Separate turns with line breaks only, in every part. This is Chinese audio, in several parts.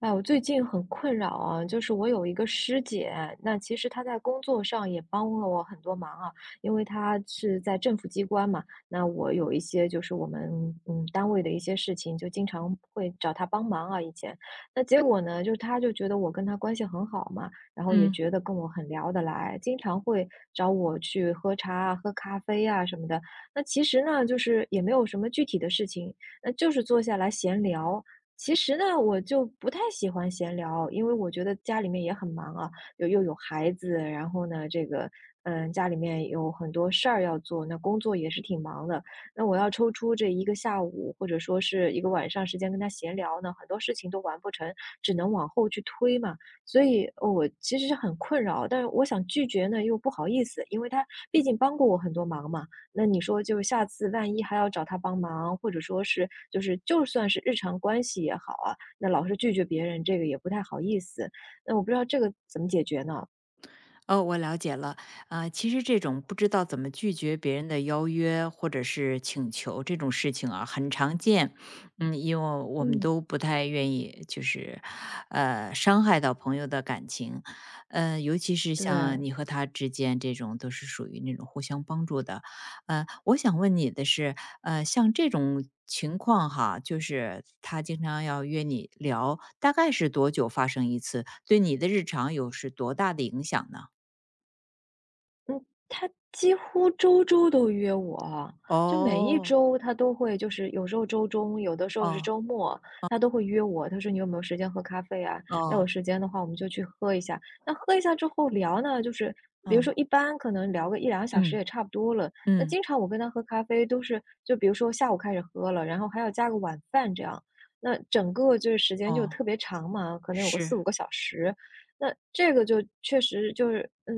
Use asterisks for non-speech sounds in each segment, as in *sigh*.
哎，我最近很困扰啊，就是我有一个师姐，那其实她在工作上也帮了我很多忙啊，因为她是在政府机关嘛，那我有一些就是我们单位的一些事情，就经常会找她帮忙啊。以前，那结果呢，就是她就觉得我跟她关系很好嘛，然后也
嗯
觉得跟我很聊得来，经常会找我去喝茶啊、喝咖啡啊什么的。那其实呢，就是也没有什么具体的事情，那就是坐下来闲聊。其实呢，我就不太喜欢闲聊，因为我觉得家里面也很忙啊，又有孩子，然后呢，这个，家里面有很多事儿要做，那工作也是挺忙的。那我要抽出这一个下午或者说是一个晚上时间跟他闲聊呢，很多事情都完不成，只能往后去推嘛。所以，我其实是很困扰，但是我想拒绝呢，又不好意思，因为他毕竟帮过我很多忙嘛。那你说就下次万一还要找他帮忙，或者说是就算是日常关系也好啊，那老是拒绝别人，这个也不太好意思。那我不知道这个怎么解决呢？
哦，我了解了。啊、其实这种不知道怎么拒绝别人的邀约或者是请求这种事情啊，很常见。因为我们
嗯，
都不太愿意，就是伤害到朋友的感情。尤其是
对。
像你和他之间这种，都是属于那种互相帮助的。我想问你的是，像这种情况哈，就是他经常要约你聊，大概是多久发生一次？对你的日常有是多大的影响呢？
嗯，他几乎周周都约我，就每一
哦，
周他都会，就是有时候周中，有的时候是
哦，
周末，他都会约我。他说：“你有没有时间喝咖啡啊？要有
哦，
时间的话，我们就去喝一下。”那喝一下之后聊呢，就是比如说
哦，
一般可能聊个一两个小时
嗯，
也差不多了。那
嗯，
经常我跟他喝咖啡都是，就比如说下午开始喝了，然后还要加个晚饭这样，那整个就是时间就特
哦，
别长嘛，可能有个四
是，
五个小时。那这个就确实就是，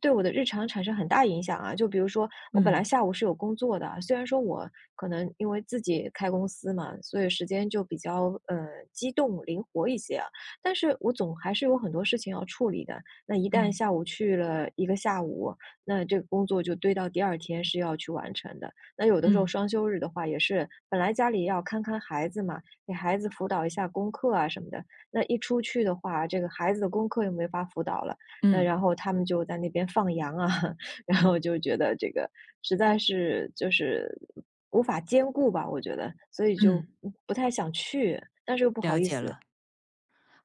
对我的日常产生很大影响啊。就比如说，我本来
嗯，
下午是有工作的，虽然说我可能因为自己开公司嘛，所以时间就比较机动灵活一些啊，但是我总还是有很多事情要处理的。那一旦
嗯，
下午去了一个下午，那这个工作就堆到第二天是要去完成的。那有的时候
嗯，
双休日的话，也是本来家里要看看孩子嘛，给孩子辅导一下功课啊什么的，那一出去的话，这个孩子的功课又没法辅导了。那
嗯，
然后他们就在那边放羊啊，*laughs* 然
嗯，
后就觉得这个实在是就是无法兼顾吧，我觉得，所以就
嗯，
不太想去，但是又不好
了
意
解
思。
了。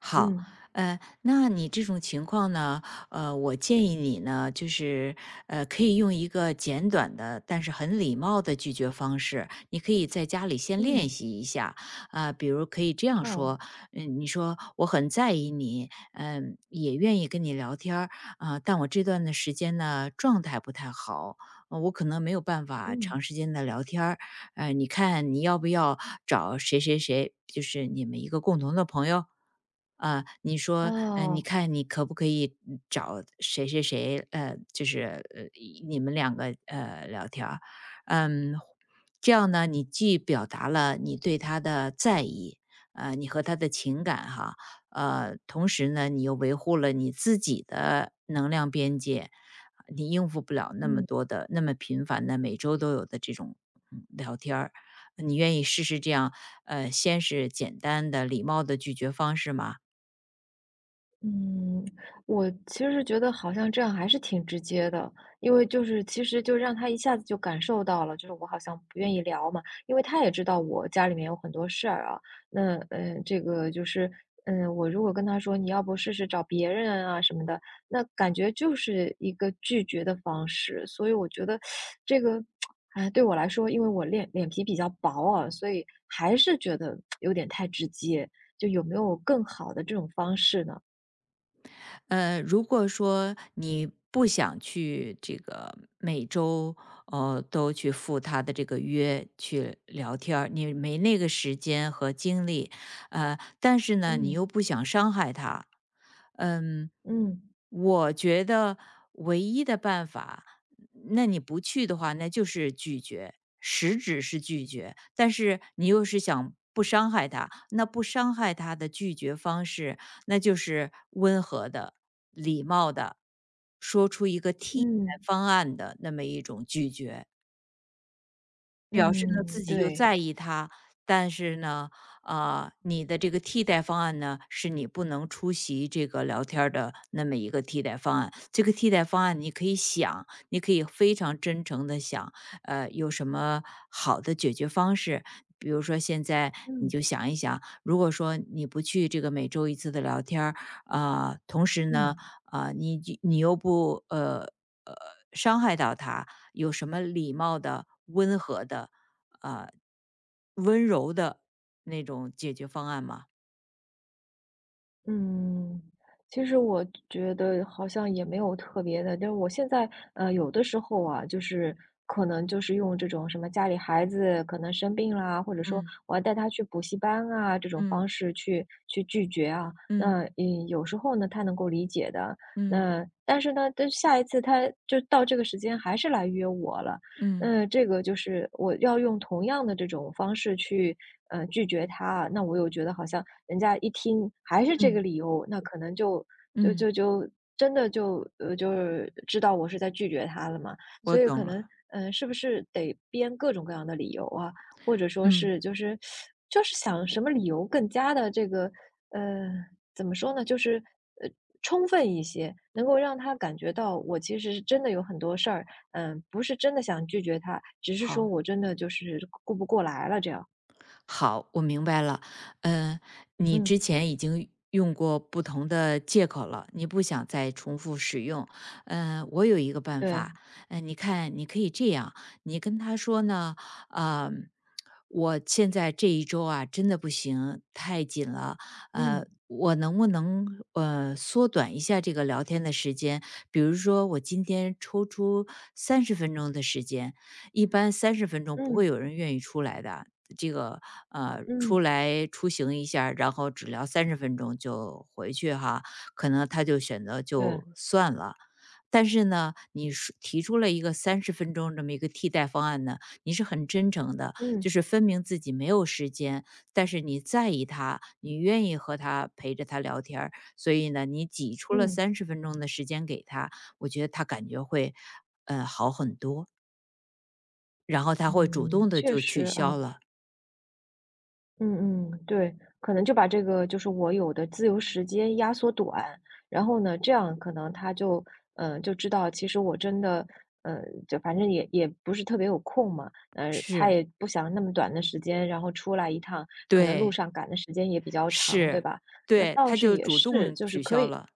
好，
嗯
那你这种情况呢，我建议你呢，就是可以用一个简短的，但是很礼貌的拒绝方式。你可以在家里先练
嗯。
习一下，啊、比如可以这样
哦。
说，你说我很在意你，也愿意跟你聊天儿，啊、但我这段的时间呢，状态不太好，我可能没有办法长
嗯。
时间的聊天儿，你看你要不要找谁谁谁，就是你们一个共同的朋友。啊，你说，你
哦。
看你可不可以找谁谁谁，就是呃，你们两个聊天儿嗯，这样呢，你既表达了你对他的在意，你和他的情感哈，同时呢，你又维护了你自己的能量边界，你应付不了那么
嗯。
多的、那么频繁的每周都有的这种聊天儿，你愿意试试这样，先是简单的、礼貌的拒绝方式吗？
嗯，我其实觉得好像这样还是挺直接的，因为就是其实就让他一下子就感受到了，就是我好像不愿意聊嘛，因为他也知道我家里面有很多事儿啊，那这个就是我如果跟他说你要不试试找别人啊什么的，那感觉就是一个拒绝的方式，所以我觉得这个。哎，对我来说，因为我脸皮比较薄啊，所以还是觉得有点太直接。就有没有更好的这种方式呢？
如果说你不想去这个每周哦都去赴他的这个约去聊天儿，你没那个时间和精力，但是呢，你
嗯
又不想伤害他，嗯，
嗯
我觉得唯一的办法，那你不去的话，那就是拒绝，实质是拒绝，但是你又是想不伤害他，那不伤害他的拒绝方式，那就是温和的、礼貌的，说出一个替代
嗯
方案的那么一种拒绝。表示呢自
嗯，
己又
对。
在意他，但是呢，啊，你的这个替代方案呢，是你不能出席这个聊天儿的那么一个替代方案。这个替代方案你可以想，你可以非常真诚的想，有什么好的解决方式。比如说现在你
嗯
就想一想，如果说你不去这个每周一次的聊天儿啊、同时呢，
嗯
啊、你又不呃伤害到他，有什么礼貌的、温和的、呃温柔的那种解决方案吗？
嗯，其实我觉得好像也没有特别的，就是我现在有的时候啊，就是可能就是用这种什么家里孩子可能生病啦，或者说
嗯
我要带他去补习班啊这种
嗯
方式去拒绝啊，
嗯
那有时候呢他能够理解的，
嗯
那但是呢，但下一次他就到这个时间还是来约我了。
嗯
嗯，这个就是我要用同样的这种方式去，拒绝他啊，那我又觉得好像人家一听还是这个
嗯
理由，那可能就就
嗯，
就就真的就就是知道我是在拒绝他了嘛。所
我
以可
懂
能，
了。
是不是得编各种各样的理由啊，或者说
嗯，
是就是想什么理由更加的这个，呃，怎么说呢，就是呃，充分一些，能够让他感觉到我其实是真的有很多事儿。嗯，不是真的想拒绝他，只是说
好。
我真的就是顾不过来了这样。
好，我明白了。嗯，你之
嗯，
前已经用过不同的借口了，你不想再重复使用。我有一个办
对。
法。你看，你可以这样，你跟他说呢，啊，我现在这一周啊，真的不行，太紧了。
嗯。
我能不能缩短一下这个聊天的时间？比如说，我今天抽出三十分钟的时间，一般三十分钟不会
嗯。
有人愿意出来的，这个出
嗯，
来出行一下儿然后只聊三十分钟就回去哈，可能他就选择
对。
就算了。但是呢，你说提出了一个三十分钟这么一个替代方案呢，你是很真诚的，就
嗯。
是分明自己没有时间，但是你在意他，你愿意和他陪着他聊天儿所以呢，你挤出了
嗯。
三十分钟的时间给他，我觉得他感觉会好很多，然后他会主动
嗯，
的
确
就取
实
消
啊。
了，
嗯嗯，对，可能就把这个就是我有的自由时间压缩短，然后呢，这样可能他就就知道其实我真的嗯，呃，就反正也不是特别有空嘛，他
是。
也不想那么短的时间，然后出来一趟，可能路
对，
上赶的时间也比较长，对
是，
吧？那
对，
倒
他
是
就
也
主
是，
动
就是
取
可
消
以，
了。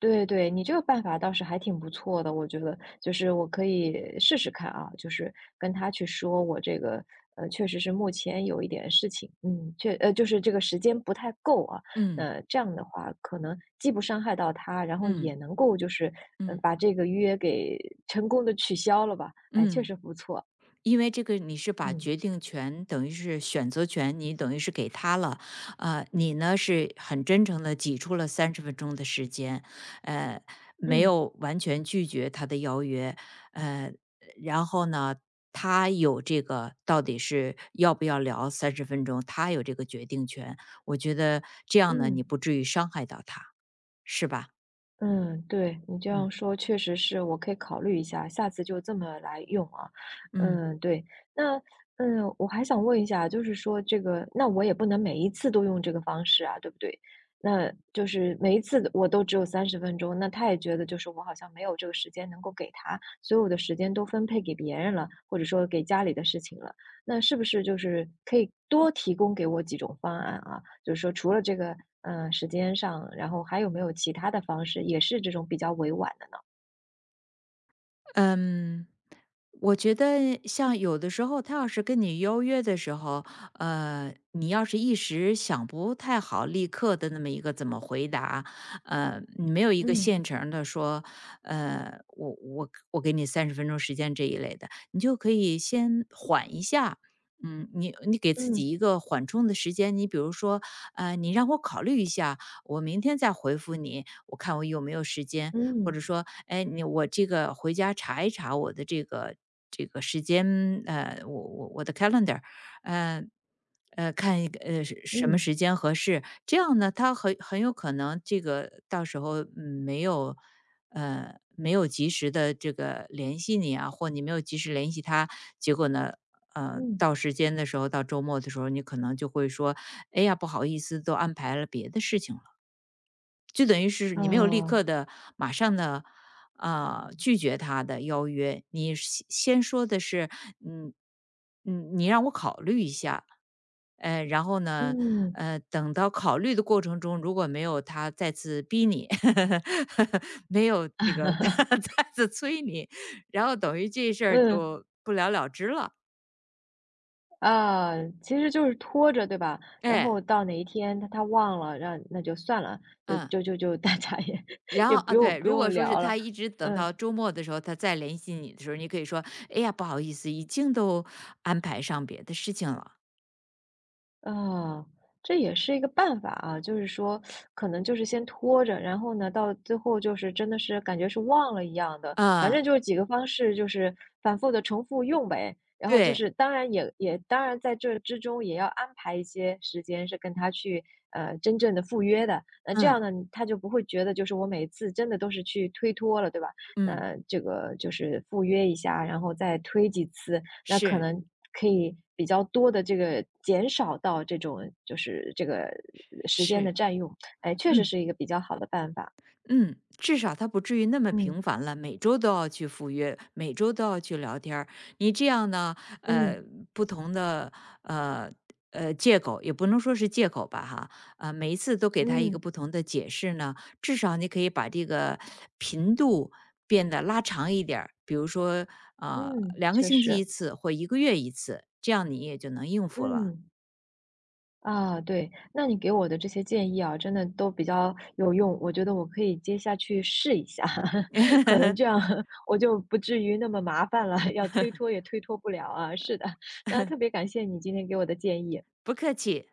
对对，你这个办法倒是还挺不错的，我觉得，就是我可以试试看啊，就是跟他去说我这个，确实是目前有一点事情，就是这个时间不太够啊，
嗯，
那这样的话，可能既不伤害到他，然后
嗯，
也能够就是，
嗯，
把这个约给成功的取消了吧，哎，确
嗯。
实不错。
因为这个你是把
嗯
决定权，等于是选择权，你等于是给他了，你呢是很真诚的挤出了三十分钟的时间，呃，没
嗯
有完全拒绝他的邀约，呃，然后呢，他有这个到底是要不要聊三十分钟，他有这个决定权，我觉得这样呢，
嗯。
你不至于伤害到他，是吧？
嗯，对，你这
嗯，
样说确实是我可以考虑一下，下次就这么来用啊。
嗯。
嗯，对。那我还想问一下，就是说这个，那我也不能每一次都用这个方式啊，对不对？那就是每一次的我都只有30分钟，那他也觉得就是我好像没有这个时间能够给他，所有的时间都分配给别人了，或者说给家里的事情了。那是不是就是可以多提供给我几种方案啊？就是说除了这个，时间上，然后还有没有其他的方式，也是这种比较委婉的？
嗯，我觉得像有的时候他要是跟你邀约的时候，你要是一时想不太好，立刻的那么一个怎么回答，你没有一个
嗯，
现成儿的说，我给你三十分钟时间这一类的，你就可以先缓一下。你给自
嗯，
己一个缓冲的时间，你比如说，你让我考虑一下，我明天再回复你，我看我有没有时间，或
嗯，
者说，哎，你我这个回家查一查我的这个这个时间，我的 calendar，呃看一个是什么时
嗯，
间合适，这样呢，他很有可能这个到时候没有及时的这个联系你啊，或你没有及时联系他，结果呢。
嗯。
到时间的时候，到周末的时候，你可能就会说："哎呀，不好意思，都安排了别的事情了。"就等于是你没有立刻
啊，
的、马上的，拒绝他的邀约，你先说的是，嗯你让我考虑一下，然后呢，
嗯。
等到考虑的过程中，如果没有他再次逼你，*laughs* 没有这个
*laughs*
*laughs* 再次催你，然后等于这事儿
嗯。
就不了了之了，
啊，其实就是拖着，对吧？然
哎，
后到哪一天他他忘了，让那就算了，就
嗯。
就就就 *laughs* 大家也 *laughs*
然
也
后
不
啊，
用
对，
不
如
用
果说是
聊了。
他一直等到
嗯。
周末的时候，他再联系你的时候，你可以说："哎呀，不好意思，已经都安排上别的事情了。"
啊，这也是一个办法啊，就是说，可能就是先拖着，然后呢，到最后就是真的是感觉是忘了一样的，反
啊，
正就是几个方式，就是反复的重复用呗。然后就
对，
是，当然也当然在这之中也要安排一些时间是跟他去真正的赴约的，那这样
嗯，
呢，他就不会觉得就是我每次真的都是去推脱了，对吧？
嗯，
那这个就是赴约一下，然后再推几次，那可
是，
能可以比较多的这个减少到这种就是这个时间
是，
的占用，哎，确实
嗯。
是一个比较好的办法。
嗯，至少他不至于那么频
嗯，
繁了，每周都要去赴约，每周都要去聊天儿。你这样呢，呃，
嗯，
不同的呃借口，也不能说是借口吧，哈，每一次都给他一个
嗯，
不同的解释呢，至少你可以把这个频度变得拉长一点儿比如说
嗯，
两个
确
星期
实。
一次或一个月一次，这样你也就能应付了。
嗯。啊，对，那你给我的这些建议啊，真的都比较有用，我觉得我可以接下去试一下，*laughs* 可能这
*laughs*
样 *laughs* 我就不至于那么麻烦了，要推脱也推脱不了啊，是的，那特别感谢你今天给我的建议。
不客气。